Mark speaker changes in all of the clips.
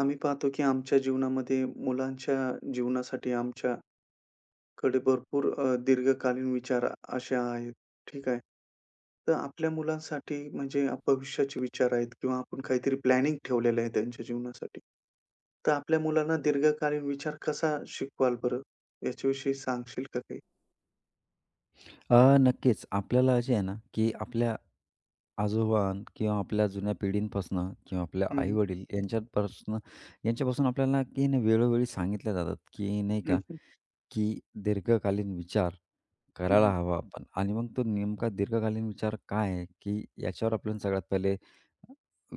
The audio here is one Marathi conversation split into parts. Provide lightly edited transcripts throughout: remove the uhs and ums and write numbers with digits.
Speaker 1: आम्ही पाहतो की आमच्या जीवनामध्ये मुलांच्या जीवनासाठी आमच्याकडे भरपूर दीर्घकालीन विचार असे आहेत, ठीक आहे. तर आपल्या मुलांसाठी म्हणजे भविष्याचे विचार आहेत किंवा आपण काहीतरी प्लॅनिंग ठेवलेलं आहे त्यांच्या जीवनासाठी. तर आपल्या मुलांना दीर्घकालीन विचार कसा शिकवाल बरं? याच्याविषयी सांगशील का काही?
Speaker 2: नक्कीच. आपल्याला जे आहे ना, की आपल्या आजोबा किंवा आपल्या जुन्या पिढींपासनं किंवा आपल्या
Speaker 1: हं, हं.
Speaker 2: आई-वडील यांच्यापासून आपल्याला की नाही वेळोवेळी सांगितल्या जातात, की नाही
Speaker 1: हं,
Speaker 2: का,
Speaker 1: हं.
Speaker 2: की दीर्घकालीन विचार करायला
Speaker 1: हं.
Speaker 2: हवा आपण आणि मग तो नेमका दीर्घकालीन विचार काय आहे, की याच्यावर आपण सगळ्यात पहिले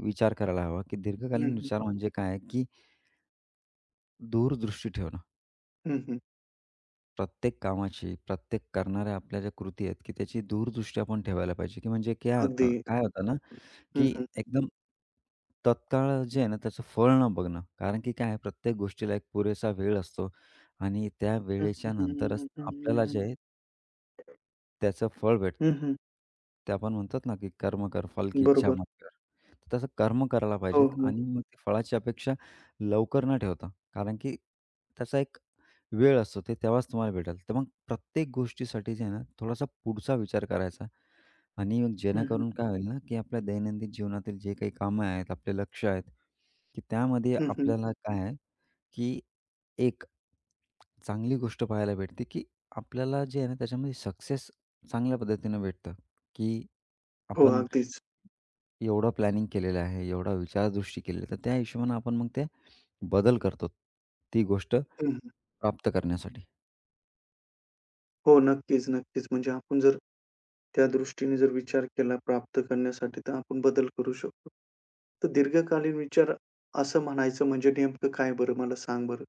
Speaker 2: विचार करायला हवा, की
Speaker 1: हं,
Speaker 2: दीर्घकालीन
Speaker 1: हं.
Speaker 2: विचार म्हणजे काय आहे, की दूरदृष्टी ठेवणं.
Speaker 1: हं,
Speaker 2: प्रत्येक कामाची, प्रत्येक करणाऱ्या आपल्या ज्या कृती आहेत, की त्याची दूरदृष्टी आपण ठेवायला पाहिजे, की म्हणजे काय
Speaker 1: अगदी.
Speaker 2: होतं काय होतं ना की
Speaker 1: हं.
Speaker 2: एकदम तत्काळ जे आहे ना, त्याचं फळ न बघणं. कारण की काय आहे, प्रत्येक गोष्टीला एक पुरेसा वेळ असतो आणि त्या
Speaker 1: हं,
Speaker 2: वेळेच्या
Speaker 1: हं,
Speaker 2: नंतरच
Speaker 1: हं, हं, हं,
Speaker 2: आपल्याला जे
Speaker 1: हं.
Speaker 2: आहे, त्याचं फळ भेटतं.
Speaker 1: हं, हं.
Speaker 2: ते आपण म्हणतात ना, की कर्म कर, फल की इच्छा
Speaker 1: बरोबर.
Speaker 2: मत कर. तर तसं कर्म करायला
Speaker 1: हो,
Speaker 2: पाहिजेत
Speaker 1: हो.
Speaker 2: आणि मग ते फळाची अपेक्षा लवकर न ठेवता. कारण की त्याचा एक वेळ असतो, ते तेव्हाच तुम्हाला भेटेल. तर मग प्रत्येक गोष्टीसाठी जे आहे ना, थोडासा पुढचा विचार करायचा. आणि मग
Speaker 1: हं, हं.
Speaker 2: जेणेकरून काय होईल ना, की आपल्या दैनंदिन जीवनातील जे काही कामं आहेत, आपले लक्ष्य आहेत, की त्यामध्ये
Speaker 1: हं, हं.
Speaker 2: आपल्याला काय आहे, की एक चांगली गोष्ट पाहायला भेटते, की आपल्याला जे आहे ना, त्याच्यामध्ये सक्सेस चांगल्या पद्धतीनं भेटतं, की
Speaker 1: हो,
Speaker 2: आपण
Speaker 1: अगदीच.
Speaker 2: एवढं प्लॅनिंग केलेलं आहे, एवढा विचारदृष्टी केलेली आहे, तर त्या हिशोबानं आपण मग ते बदल करतो, ती गोष्ट
Speaker 1: हं, हं.
Speaker 2: प्राप्त करण्यासाठी.
Speaker 1: हो, नक्कीच, नक्कीच. म्हणजे आपण जर त्या दृष्टीने जर विचार केला प्राप्त करण्यासाठी, तर आपण बदल करू शकतो. तर दीर्घकालीन विचार असं म्हणायचं म्हणजे नेमकं काय बरं मला सांग बरं?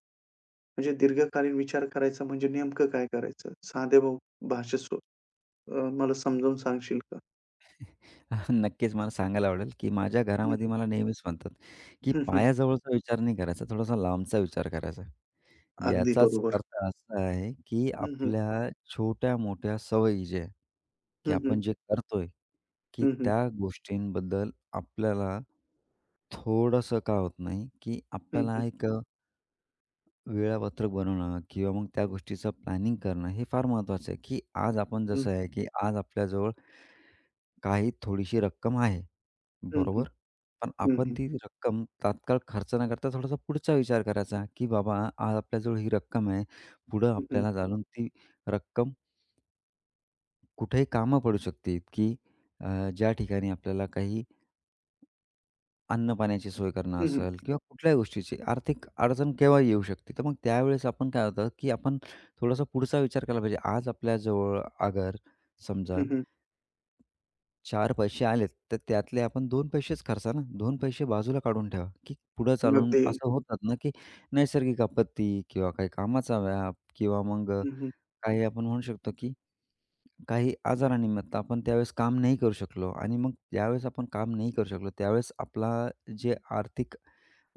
Speaker 1: म्हणजे दीर्घकालीन विचार करायचा म्हणजे नेमकं काय करायचं? साध्या भाषेत मला समजावून सांगशील का?
Speaker 2: नक्कीच मला सांगायला आवडेल, की माझ्या
Speaker 1: हं,
Speaker 2: घरामध्ये
Speaker 1: हं.
Speaker 2: मला नेहमीच म्हणतात, की
Speaker 1: हं, हं.
Speaker 2: पायाजवळचा विचार नाही करायचा, थोडासा लांबचा विचार करायचा.
Speaker 1: अगदी
Speaker 2: याचाच
Speaker 1: बरोबर.
Speaker 2: अर्थ असा आहे, की
Speaker 1: हं, हं.
Speaker 2: आपल्या छोट्या-मोठ्या सवयी ज्या आहे, की
Speaker 1: हं, हं.
Speaker 2: आपण जे करतोय, की
Speaker 1: हं, हं.
Speaker 2: त्या गोष्टींबद्दल आपल्याला थोडंसं का होत नाही, की
Speaker 1: हं,
Speaker 2: आपल्याला
Speaker 1: हं.
Speaker 2: एक वेळापत्रक बनवणं किंवा मग त्या गोष्टीचं प्लॅनिंग करणं हे फार महत्त्वाचं आहे, की आज आपण
Speaker 1: हं.
Speaker 2: जसं आहे, की आज आपल्याजवळ काही थोडीशी रक्कम आहे,
Speaker 1: हं, हं.
Speaker 2: बरोबर. पण
Speaker 1: हं,
Speaker 2: आपण
Speaker 1: हं.
Speaker 2: ती रक्कम तात्काळ खर्च न करता थोडासा पुढचा विचार करायचा, की बाबा आज आपल्याजवळ ही रक्कम आहे. पुढं
Speaker 1: हं, हं.
Speaker 2: आपल्याला जाणून ती रक्कम कुठेही कामं पडू शकते, की अ, ज्या ठिकाणी आपल्याला काही अन्न-पाण्याची सोय करणं
Speaker 1: हं, हं.
Speaker 2: असेल किंवा कुठल्याही गोष्टीची आर्थिक अडचण केव्हाही येऊ शकते. तर मग त्यावेळेस आपण काय होतं, की आपण थोडासा पुढचा विचार केला पाहिजे. आज आपल्याजवळ अगर समजा
Speaker 1: हं, हं.
Speaker 2: चार पैसे आलेत, तर त्यातले आपण दोन पैसेच खर्चा ना. दोन पैसे बाजूला काढून ठेवा, की पुढं चालून
Speaker 1: अगदी.
Speaker 2: असं होतात ना, की नैसर्गिक आपत्ती किंवा काही कामाचा व्याप किंवा मग
Speaker 1: हं, हं.
Speaker 2: काही आपण म्हणू शकतो, की काही आजारानिमित्त आपण त्यावेळेस काम नाही करू शकलो आणि मग ज्यावेळेस आपण काम नाही करू शकलो, त्यावेळेस आपला जे आर्थिक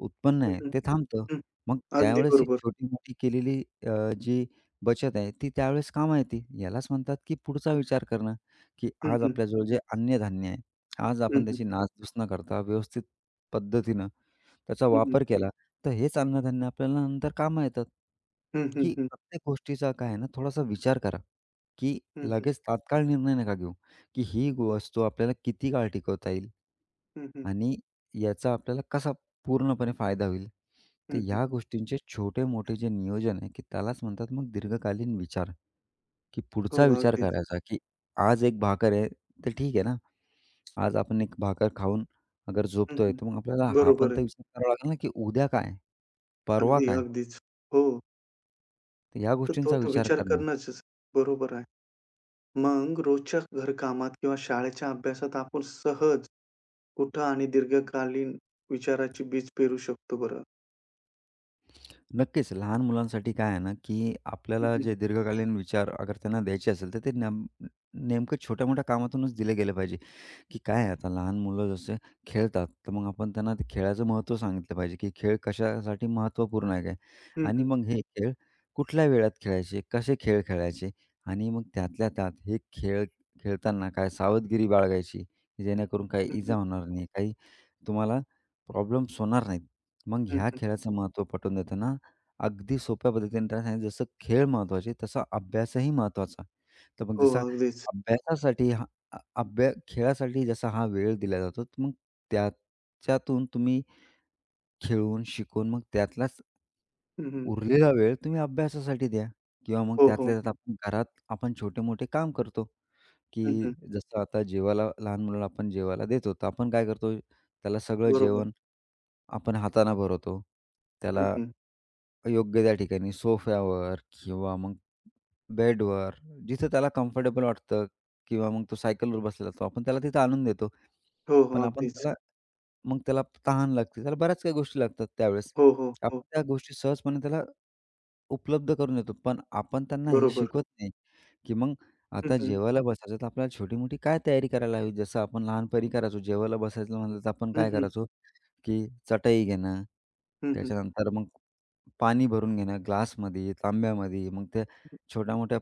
Speaker 2: उत्पन्न
Speaker 1: हं,
Speaker 2: आहे
Speaker 1: हं.
Speaker 2: ते थांबतं.
Speaker 1: हं.
Speaker 2: मग
Speaker 1: अगदी
Speaker 2: त्यावेळेस ही
Speaker 1: बरोबर.
Speaker 2: छोटी-मोठी केलेली अ, जी बचत आहे ती त्यावेळेस कामा येते. यालाच म्हणतात की पुढचा विचार करणं, की
Speaker 1: हं,
Speaker 2: आज
Speaker 1: हं.
Speaker 2: आपल्याजवळ जे अन्नधान्य आहे, आज
Speaker 1: हं,
Speaker 2: आपण
Speaker 1: हं.
Speaker 2: त्याची नासधूस न करता व्यवस्थित पद्धतीनं त्याचा
Speaker 1: हं, हं.
Speaker 2: वापर केला, तर हेच अन्नधान्य आपल्याला नंतर कामं येतात,
Speaker 1: हं, हं,
Speaker 2: की
Speaker 1: हं.
Speaker 2: प्रत्येक गोष्टीचा काय आहे ना थोडासा विचार करा, की
Speaker 1: हं, हं.
Speaker 2: लगेच तात्काळ निर्णय नका घेऊ, की ही वस्तू आपल्याला किती काळ टिकवता येईल
Speaker 1: हं, हं.
Speaker 2: आणि याचा आपल्याला कसा पूर्णपणे फायदा होईल.
Speaker 1: हं,
Speaker 2: तर
Speaker 1: हं.
Speaker 2: ह्या गोष्टींचे छोटे-मोठे जे नियोजन आहे, की त्यालाच म्हणतात मग दीर्घकालीन विचार, की
Speaker 1: हो,
Speaker 2: पुढचा विचार
Speaker 1: अगदीच.
Speaker 2: करायचा, की आज एक भाकर आहे, तर ठीक आहे ना, आज आपण एक भाकर खाऊन अगर
Speaker 1: हं,
Speaker 2: झोपतोय,
Speaker 1: हं.
Speaker 2: तर मग आपल्याला हा पण
Speaker 1: बरोबर आहे.
Speaker 2: तर विचार करावा लागेल ना, की उद्या काय? परवा
Speaker 1: अगदी,
Speaker 2: काय?
Speaker 1: अगदीच. हो,
Speaker 2: तर ह्या
Speaker 1: तर तो
Speaker 2: गोष्टींचा
Speaker 1: तर
Speaker 2: विचार
Speaker 1: विचार
Speaker 2: करणं.
Speaker 1: करणंच बरोबर आहे. मग रोजच्या घरकामात किंवा शाळेच्या अभ्यासात आपण सहज कुठं आणि दीर्घकालीन विचाराची बीज पेरू शकतो बरं?
Speaker 2: नक्कीच लहान मुलांसाठी काय आहे ना, की
Speaker 1: हं,
Speaker 2: आपल्याला
Speaker 1: हं.
Speaker 2: जे दीर्घकालीन विचार अगर त्यांना द्यायचे असेल, तर ते नेमकं छोट्या-मोठ्या कामातूनच दिले गेले पाहिजे. की काय आहे आता लहान मुलं जसे खेळतात, तर मग आपण त्यांना ते खेळाचं महत्त्व सांगितलं पाहिजे, की खेळ कशासाठी महत्त्वपूर्ण आहे काय?
Speaker 1: हं,
Speaker 2: आणि
Speaker 1: हं.
Speaker 2: मग हे खेळ कुठल्या वेळात खेळायचे, कसे खेळ खेळायचे आणि मग त्यातल्या त्यात हे खेळ खेळताना काय सावधगिरी बाळगायची, की जेणेकरून काही
Speaker 1: हं,
Speaker 2: इजा
Speaker 1: हं.
Speaker 2: होणार नाही, काही तुम्हाला प्रॉब्लेम्स होणार नाहीत. मग
Speaker 1: हं,
Speaker 2: ह्या
Speaker 1: हं.
Speaker 2: खेळाचं महत्त्व पटवून देताना अगदी सोप्या पद्धतीने त्यांना सांगितलं, जसं खेळ महत्त्वाचे तसा अभ्यासही महत्त्वाचा. तर मग
Speaker 1: हो,
Speaker 2: जसा
Speaker 1: अगदीच.
Speaker 2: अभ्यासासाठी हा अ, अभ्या खेळासाठी जसा हा वेळ दिला जातो, तर मग त्याच्यातून तुम्ही खेळून, शिकून मग त्यातलाच
Speaker 1: हं, हं.
Speaker 2: उरलेला वेळ तुम्ही अभ्यासासाठी द्या किंवा मग
Speaker 1: हो, हो.
Speaker 2: त्यातल्या त्यात आपण घरात छोटे-मोठे काम करतो,
Speaker 1: हं,
Speaker 2: की
Speaker 1: हं.
Speaker 2: जसं आता जेवायला लहान मुलाला आपण जेवायला देतो, तर आपण काय करतो, त्याला सगळं
Speaker 1: बरोबर.
Speaker 2: जेवण आपण हाताने भरवतो.
Speaker 1: हं,
Speaker 2: त्याला
Speaker 1: हं.
Speaker 2: योग्य त्या ठिकाणी सोफ्यावर किंवा मग बेडवर, जिथं त्याला कम्फर्टेबल वाटतं किंवा मग तो सायकलवर बसलेला असतो. आपण त्याला तिथं आणून देतो.
Speaker 1: हो,
Speaker 2: पण
Speaker 1: हो.
Speaker 2: आपण
Speaker 1: अगदीच.
Speaker 2: त्याला मग त्याला तहान लागते. त्याला बऱ्याच काही गोष्टी लागतात त्यावेळेस.
Speaker 1: हो, हो, हो.
Speaker 2: आपण त्या गोष्टी सहजपणे त्याला उपलब्ध करून देतो. पण आपण त्यांना हे
Speaker 1: बरोबर.
Speaker 2: शिकवत नाही, की मग
Speaker 1: हं,
Speaker 2: आता
Speaker 1: हं.
Speaker 2: जेवायला बसायचं तर आपल्याला छोटी-मोठी काय तयारी करायला हवी. जसं आपण लहानपणी करायचो जेवायला बसायचं म्हणलं तर आपण
Speaker 1: हं,
Speaker 2: काय
Speaker 1: हं.
Speaker 2: करायचो, की चटई घेणं,
Speaker 1: हं, हं.
Speaker 2: त्याच्यानंतर मग पाणी भरून घेणं ग्लासमध्ये, तांब्यामध्ये, मग त्या छोट्या-मोठ्या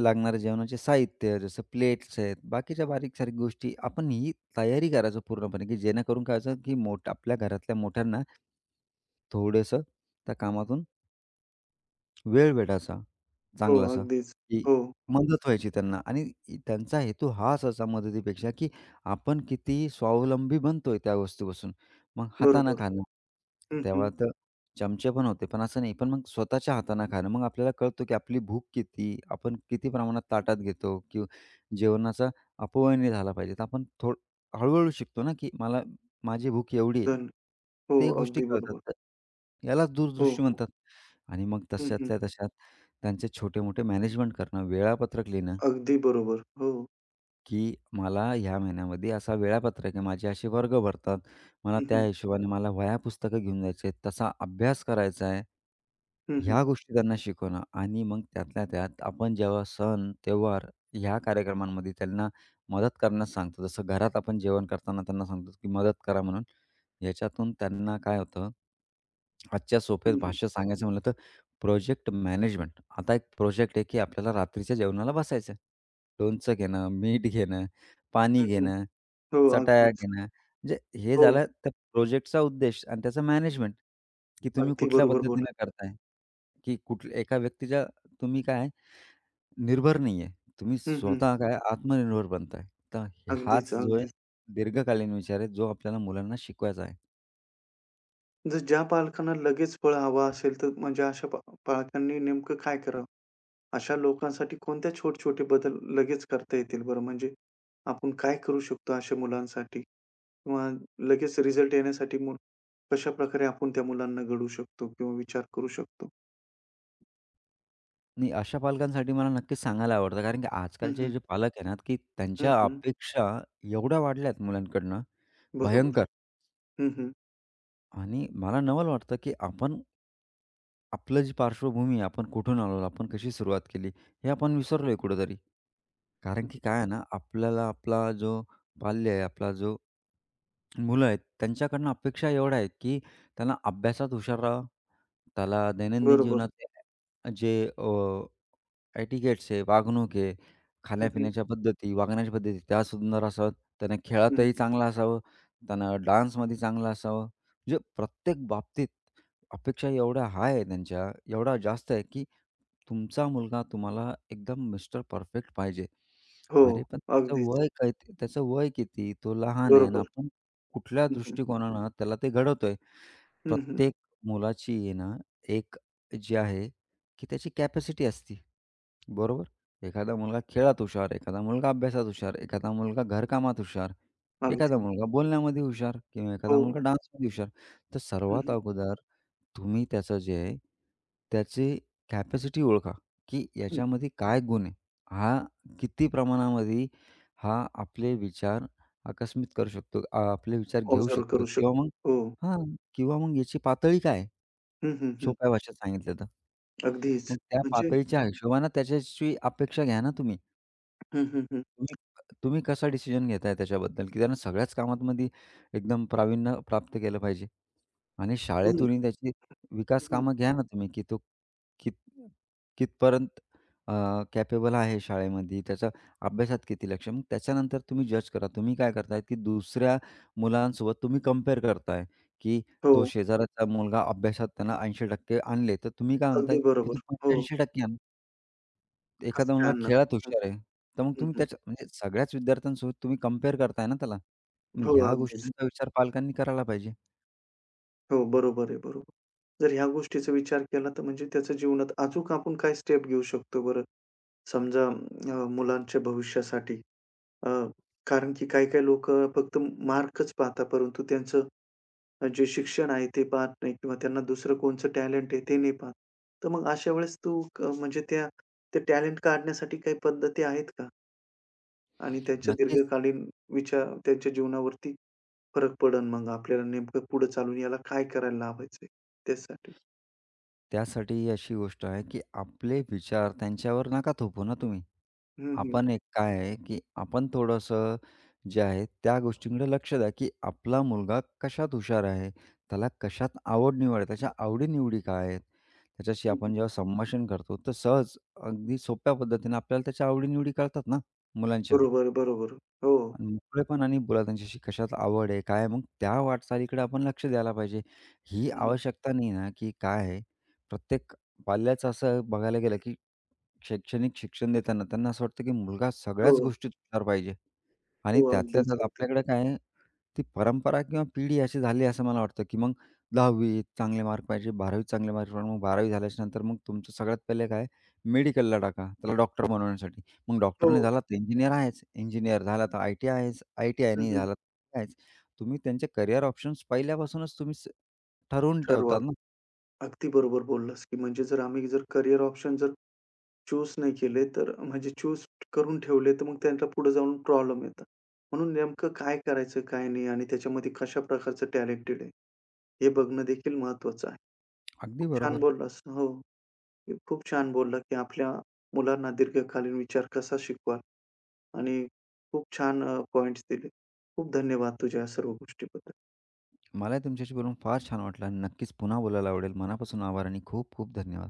Speaker 2: लागणाऱ्या जेवणाचे साहित्य, जसं प्लेट्स आहेत, बाकीच्या बारीक-सारीक गोष्टी आपण ही तयारी करायचो पूर्णपणे, की जेणेकरून काय व्हायचं, की आपल्या घरातल्या मोठ्यांना थोडंसं त्या कामातून वेळ भेटायचा
Speaker 1: हो,
Speaker 2: चांगलासा,
Speaker 1: अगदीच.
Speaker 2: की
Speaker 1: हो.
Speaker 2: मदत व्हायची त्यांना आणि त्यांचा हेतू हा असायचा मदतीपेक्षा, की आपण किती स्वावलंबी बनतोय त्या वस्तूपासून. मग हातानं
Speaker 1: बरोबर.
Speaker 2: खाणं,
Speaker 1: हं,
Speaker 2: तेव्हा
Speaker 1: हं.
Speaker 2: तर चमचे पण होते, पण असं नाही. पण मग स्वतःच्या हातानं खाणं, मग आपल्याला कळतं, की आपली भूक किती, आपण किती प्रमाणात ताटात घेतो किंवा जेवणाचा अपव्यय नाही झाला पाहिजे. तर आपण थोडं हळू शिकतो ना, की मला माझी भूक एवढी आहे.
Speaker 1: धन हो,
Speaker 2: ते गोष्टी
Speaker 1: अगदी
Speaker 2: कळतात.
Speaker 1: बरोबर.
Speaker 2: तर यालाच
Speaker 1: हो,
Speaker 2: दूरदृष्टी
Speaker 1: हो.
Speaker 2: म्हणतात. आणि मग
Speaker 1: हं, हं.
Speaker 2: तशातल्या तशात त्यांचे छोटे-मोठे मॅनेजमेंट करणं, वेळापत्रक लिहिणं,
Speaker 1: अगदी बरोबर. हो.
Speaker 2: की मला ह्या महिन्यामध्ये असा वेळापत्रक आहे, माझे असे वर्ग भरतात, मला
Speaker 1: हं,
Speaker 2: त्या
Speaker 1: हं.
Speaker 2: हिशोबाने मला वह्या पुस्तकं घेऊन जायचे आहेत, तसा अभ्यास करायचा आहे.
Speaker 1: हं, हं.
Speaker 2: ह्या गोष्टी त्यांना शिकवणं आणि मग त्यातल्या त्यात आपण जेव्हा सण, त्योहार ह्या कार्यक्रमांमध्ये त्यांना मदत करण्यास सांगतो. जसं घरात आपण जेवण करताना त्यांना सांगतो, की मदत करा म्हणून. याच्यातून त्यांना काय होतं, आजच्या सोप्या
Speaker 1: हं, हं.
Speaker 2: भाषेत सांगायचं म्हणलं तर प्रोजेक्ट मॅनेजमेंट. आता एक प्रोजेक्ट आहे, की आपल्याला रात्रीच्या जेवणाला बसायचं लोणचं घेणं, मीठ घेणं, पाणी
Speaker 1: हं, हं.
Speaker 2: घेणं,
Speaker 1: हो,
Speaker 2: चटया
Speaker 1: अगदीच.
Speaker 2: घेणं. म्हणजे हे
Speaker 1: हो,
Speaker 2: झालं त्या प्रोजेक्टचा उद्देश आणि त्याचं मॅनेजमेंट, की तुम्ही
Speaker 1: अगदी
Speaker 2: कुठल्या
Speaker 1: बरोबर बोला.
Speaker 2: पद्धतीनं करताय. की कुठल्या एका व्यक्तीच्या तुम्ही काय आहे, निर्भर नाहीये. तुम्ही
Speaker 1: हं, हं.
Speaker 2: स्वतः काय आत्मनिर्भर बनताय. तर
Speaker 1: अगदीच,
Speaker 2: हाच जो आहे
Speaker 1: अगदीच.
Speaker 2: दीर्घकालीन विचार आहे, जो आपल्याला मुलांना शिकवायचा आहे.
Speaker 1: जर ज्या पालकांना लगेच फळ हवा असेल, तर म्हणजे अशा पा पालकांनी नेमकं काय करावं? अशा लोकांसाठी कोणत्या छोटे-छोटे बदल लगेच करता येतील बरं? म्हणजे आपण काय करू शकतो अशा मुलांसाठी? किंवा लगेच रिझल्ट येण्यासाठी मग कशाप्रकारे आपण त्या मुलांना घडवू शकतो किंवा विचार करू शकतो?
Speaker 2: आणि अशा पालकांसाठी मला नक्कीच सांगायला आवडतं. कारण की
Speaker 1: हं,
Speaker 2: आजकालचे
Speaker 1: हं.
Speaker 2: जे पालक आहे ना, की
Speaker 1: हं,
Speaker 2: त्यांच्या
Speaker 1: हं.
Speaker 2: अपेक्षा एवढ्या वाढल्यात मुलांकडनं
Speaker 1: बरोबर.
Speaker 2: भयंकर.
Speaker 1: हं, हं.
Speaker 2: आणि मला नवल वाटतं, की आपण आपलं जी पार्श्वभूमी आहे, आपण कुठून आलो, आपण कशी सुरुवात केली, हे आपण विसरलोय कुठेतरी. कारण की काय आहे ना, आपल्याला आपला जो बाल्य आहे, आपला जो मुलं आहेत, त्यांच्याकडनं अपेक्षा एवढ्या आहेत, की त्याला अभ्यासात हुशार राहावं, त्याला दैनंदिन
Speaker 1: बरोबर.
Speaker 2: जीवनातले जे काही टिकेट्स आहे, वागणूक आहे,
Speaker 1: हं, हं.
Speaker 2: खाण्यापिण्याच्या पद्धती, वागण्याच्या पद्धती त्या सुंदर असाव्यात. त्यानं
Speaker 1: हं.
Speaker 2: खेळातही चांगला असावं, त्यानं डान्समध्ये चांगलं असावं. म्हणजे प्रत्येक बाबतीत अपेक्षा एवढ्या हाय आहे त्यांच्या, एवढा जास्त आहे, की तुमचा मुलगा तुम्हाला एकदम मिस्टर परफेक्ट पाहिजे.
Speaker 1: हो.
Speaker 2: अरे, पण
Speaker 1: अगदीच.
Speaker 2: त्याचं वय किती? तो लहान आहे आणि
Speaker 1: बरोबर.
Speaker 2: आपण कुठल्या
Speaker 1: हं, हं.
Speaker 2: दृष्टिकोनानं त्याला ते घडवतोय.
Speaker 1: हं, हं.
Speaker 2: प्रत्येक मुलाची आहे ना, एक जी आहे, की त्याची कॅपॅसिटी असते. बरोबर. एखादा मुलगा खेळात हुशार, एखादा मुलगा अभ्यासात हुशार, एखादा मुलगा घरकामात हुशार, एखादा
Speaker 1: अगदी.
Speaker 2: मुलगा बोलण्यामध्ये हुशार किंवा एखादा
Speaker 1: हो.
Speaker 2: मुलगा डान्समध्ये हुशार. तर
Speaker 1: हं,
Speaker 2: सर्वात
Speaker 1: हं.
Speaker 2: अगोदर तुम्ही त्याचं जे आहे, त्याची कॅपॅसिटी ओळखा, की
Speaker 1: हं.
Speaker 2: याच्यामध्ये काय गुण आहे? हा किती प्रमाणामध्ये आपले विचार आकस्मित करू शकतो, आपले विचार घेऊ
Speaker 1: ऑब्झर्व्ह
Speaker 2: शकतो
Speaker 1: करू
Speaker 2: किंवा मग
Speaker 1: शकतो. हो.
Speaker 2: हां, किंवा मग याची पातळी काय आहे?
Speaker 1: हं, हं, हं.
Speaker 2: सोप्या भाषेत सांगितलं तर.
Speaker 1: अगदीच.
Speaker 2: मग त्या
Speaker 1: म्हणजे
Speaker 2: पातळीच्या हिशोबानं त्याच्याशी अपेक्षा घ्या ना तुम्ही.
Speaker 1: हं, हं, हं.
Speaker 2: तुम्ही तुम्ही कसा डिसिजन घेताय त्याच्याबद्दल, की त्यांना सगळ्याच कामांमध्ये एकदम प्रावीण्य प्राप्त केलं पाहिजे आणि
Speaker 1: हो,
Speaker 2: शाळेतूनही त्याची
Speaker 1: हं,
Speaker 2: विकास
Speaker 1: हं.
Speaker 2: कामं घ्या ना तुम्ही, की तो कित कितपर्यंत अ, कॅपेबल आहे शाळेमध्ये, त्याचा अभ्यासात किती लक्ष. मग त्याच्यानंतर तुम्ही जज करा. तुम्ही काय करताय, की दुसऱ्या मुलांसोबत तुम्ही कंपेअर करताय, की
Speaker 1: हो.
Speaker 2: तो शेजाऱ्याचा मुलगा अभ्यासात त्यानं 80% आणले, तर तुम्ही काय
Speaker 1: अगदी
Speaker 2: म्हणताय, की तू
Speaker 1: बरोबर. हो.
Speaker 2: 85% आण.
Speaker 1: कसं
Speaker 2: एखादा
Speaker 1: काय
Speaker 2: मुलगा
Speaker 1: आणणार?
Speaker 2: खेळात
Speaker 1: हं,
Speaker 2: हुशार आहे, तर मग
Speaker 1: हं,
Speaker 2: तुम्ही
Speaker 1: हं.
Speaker 2: त्याच्या म्हणजे सगळ्याच विद्यार्थ्यांसोबत तुम्ही कंपेअर करताय ना त्याला. मग
Speaker 1: हो,
Speaker 2: ह्या
Speaker 1: अगदीच.
Speaker 2: गोष्टींचा विचार पालकांनी करायला पाहिजे.
Speaker 1: हो, बरोबर आहे, बरोबर. जर ह्या गोष्टीचा विचार केला तर म्हणजे त्याच्या जीवनात अचूक आपण काय स्टेप घेऊ शकतो बरं? समजा मुलांच्या भविष्यासाठी. अ, कारण की काही-काही लोकं फक्त मार्कच पाहतात, परंतु त्यांचं जे शिक्षण आहे ते पाहत नाही किंवा त्यांना दुसरं कोणचं टॅलेंट आहे ते नाही पाहत. तर मग अशा वेळेस तू क म्हणजे ते टॅलेंट काढण्यासाठी काही पद्धती आहेत का? आणि त्याच्या
Speaker 2: नक्कीच
Speaker 1: दीर्घकालीन विचार त्यांच्या जीवनावरती फरक पडेल मग आपल्याला नेमकं पुढे चालून याला काय करायला लावायचंय त्यासाठी?
Speaker 2: त्यासाठी अशी गोष्ट आहे, की आपले विचार त्यांच्यावर नका थोपू ना तुम्ही.
Speaker 1: हं, हं.
Speaker 2: आपण एक काय आहे, की आपण थोडंसं जे आहे त्या गोष्टींकडे लक्ष द्या, की आपला मुलगा कशात हुशार आहे, त्याला कशात आवड-निवड आहे, त्याच्या आवडी काय आहेत? त्याच्याशी
Speaker 1: हं,
Speaker 2: आपण जेव्हा संभाषण करतो, तर सहज अगदी सोप्या पद्धतीने आपल्याला त्याच्या आवडी कळतात ना मुलांच्या.
Speaker 1: बरोबर, बरोबर. हो.
Speaker 2: आणि मोकळेपण आणि बोला त्यांच्याशी कशात आवड आहे, काय आहे, मग त्या वाटचालीकडे आपण लक्ष द्यायला पाहिजे. ही
Speaker 1: हं,
Speaker 2: आवश्यकता नाही ना, की काय आहे, प्रत्येक पाल्याचं असं बघायला गेलं, की शैक्षणिक शिक्षण देताना त्यांना असं वाटतं, की मुलगा
Speaker 1: हो,
Speaker 2: सगळ्याच गोष्टीत हुशार पाहिजे आणि
Speaker 1: हो.
Speaker 2: त्यातल्या
Speaker 1: अगदीच,
Speaker 2: त्यात
Speaker 1: अगदी.
Speaker 2: आपल्याकडे काय आहे ती परंपरा किंवा पिढी अशी झाली असं मला वाटतं, की मग 10वीत चांगले मार्क पाहिजे, 12वीत चांगले मार्क पाहिजे. मग 12वी झाल्याच्या नंतर मग तुमचं सगळ्यात पहिले काय मेडिकलला टाका, त्याला डॉक्टर बनवण्यासाठी. मग डॉक्टर नाही
Speaker 1: हो.
Speaker 2: झाला तर इंजिनिअर आहेच, इंजिनिअर झाला तर आय-टी आहेच, आय-टी-आय
Speaker 1: हं,
Speaker 2: झाला तर आहेच. तुम्ही त्यांचे करियर ऑप्शन्स पहिल्यापासूनच तुम्ही स ठरवून
Speaker 1: ठरवा.
Speaker 2: ठेवतात ना.
Speaker 1: अगदी बरोबर बोललास, की म्हणजे जर आम्ही जर करियर ऑप्शन जर चूज नाही केले, तर म्हणजे चूज करून ठेवले, तर मग त्यांना पुढे जाऊन प्रॉब्लेम येतात. म्हणून नेमकं काय करायचं, काय नाही आणि त्याच्यामध्ये कशा प्रकारचं टॅलेंटेड आहे, हे बघणं देखील महत्त्वाचं आहे.
Speaker 2: अगदी
Speaker 1: खूप छान
Speaker 2: बरोबर.
Speaker 1: बोललास. हो, खूप छान बोलला, की आपल्या मुलांना दीर्घकालीन विचार कसा शिकवाल आणि खूप छान पॉइंट्स दिले. खूप धन्यवाद तुझ्या या सर्व गोष्टीबद्दल.
Speaker 2: मलाही तुमच्याशी बोलून फार छान वाटलं आणि नक्कीच पुन्हा बोलायला आवडेल. मनापासून आभार आणि खूप खूप धन्यवाद.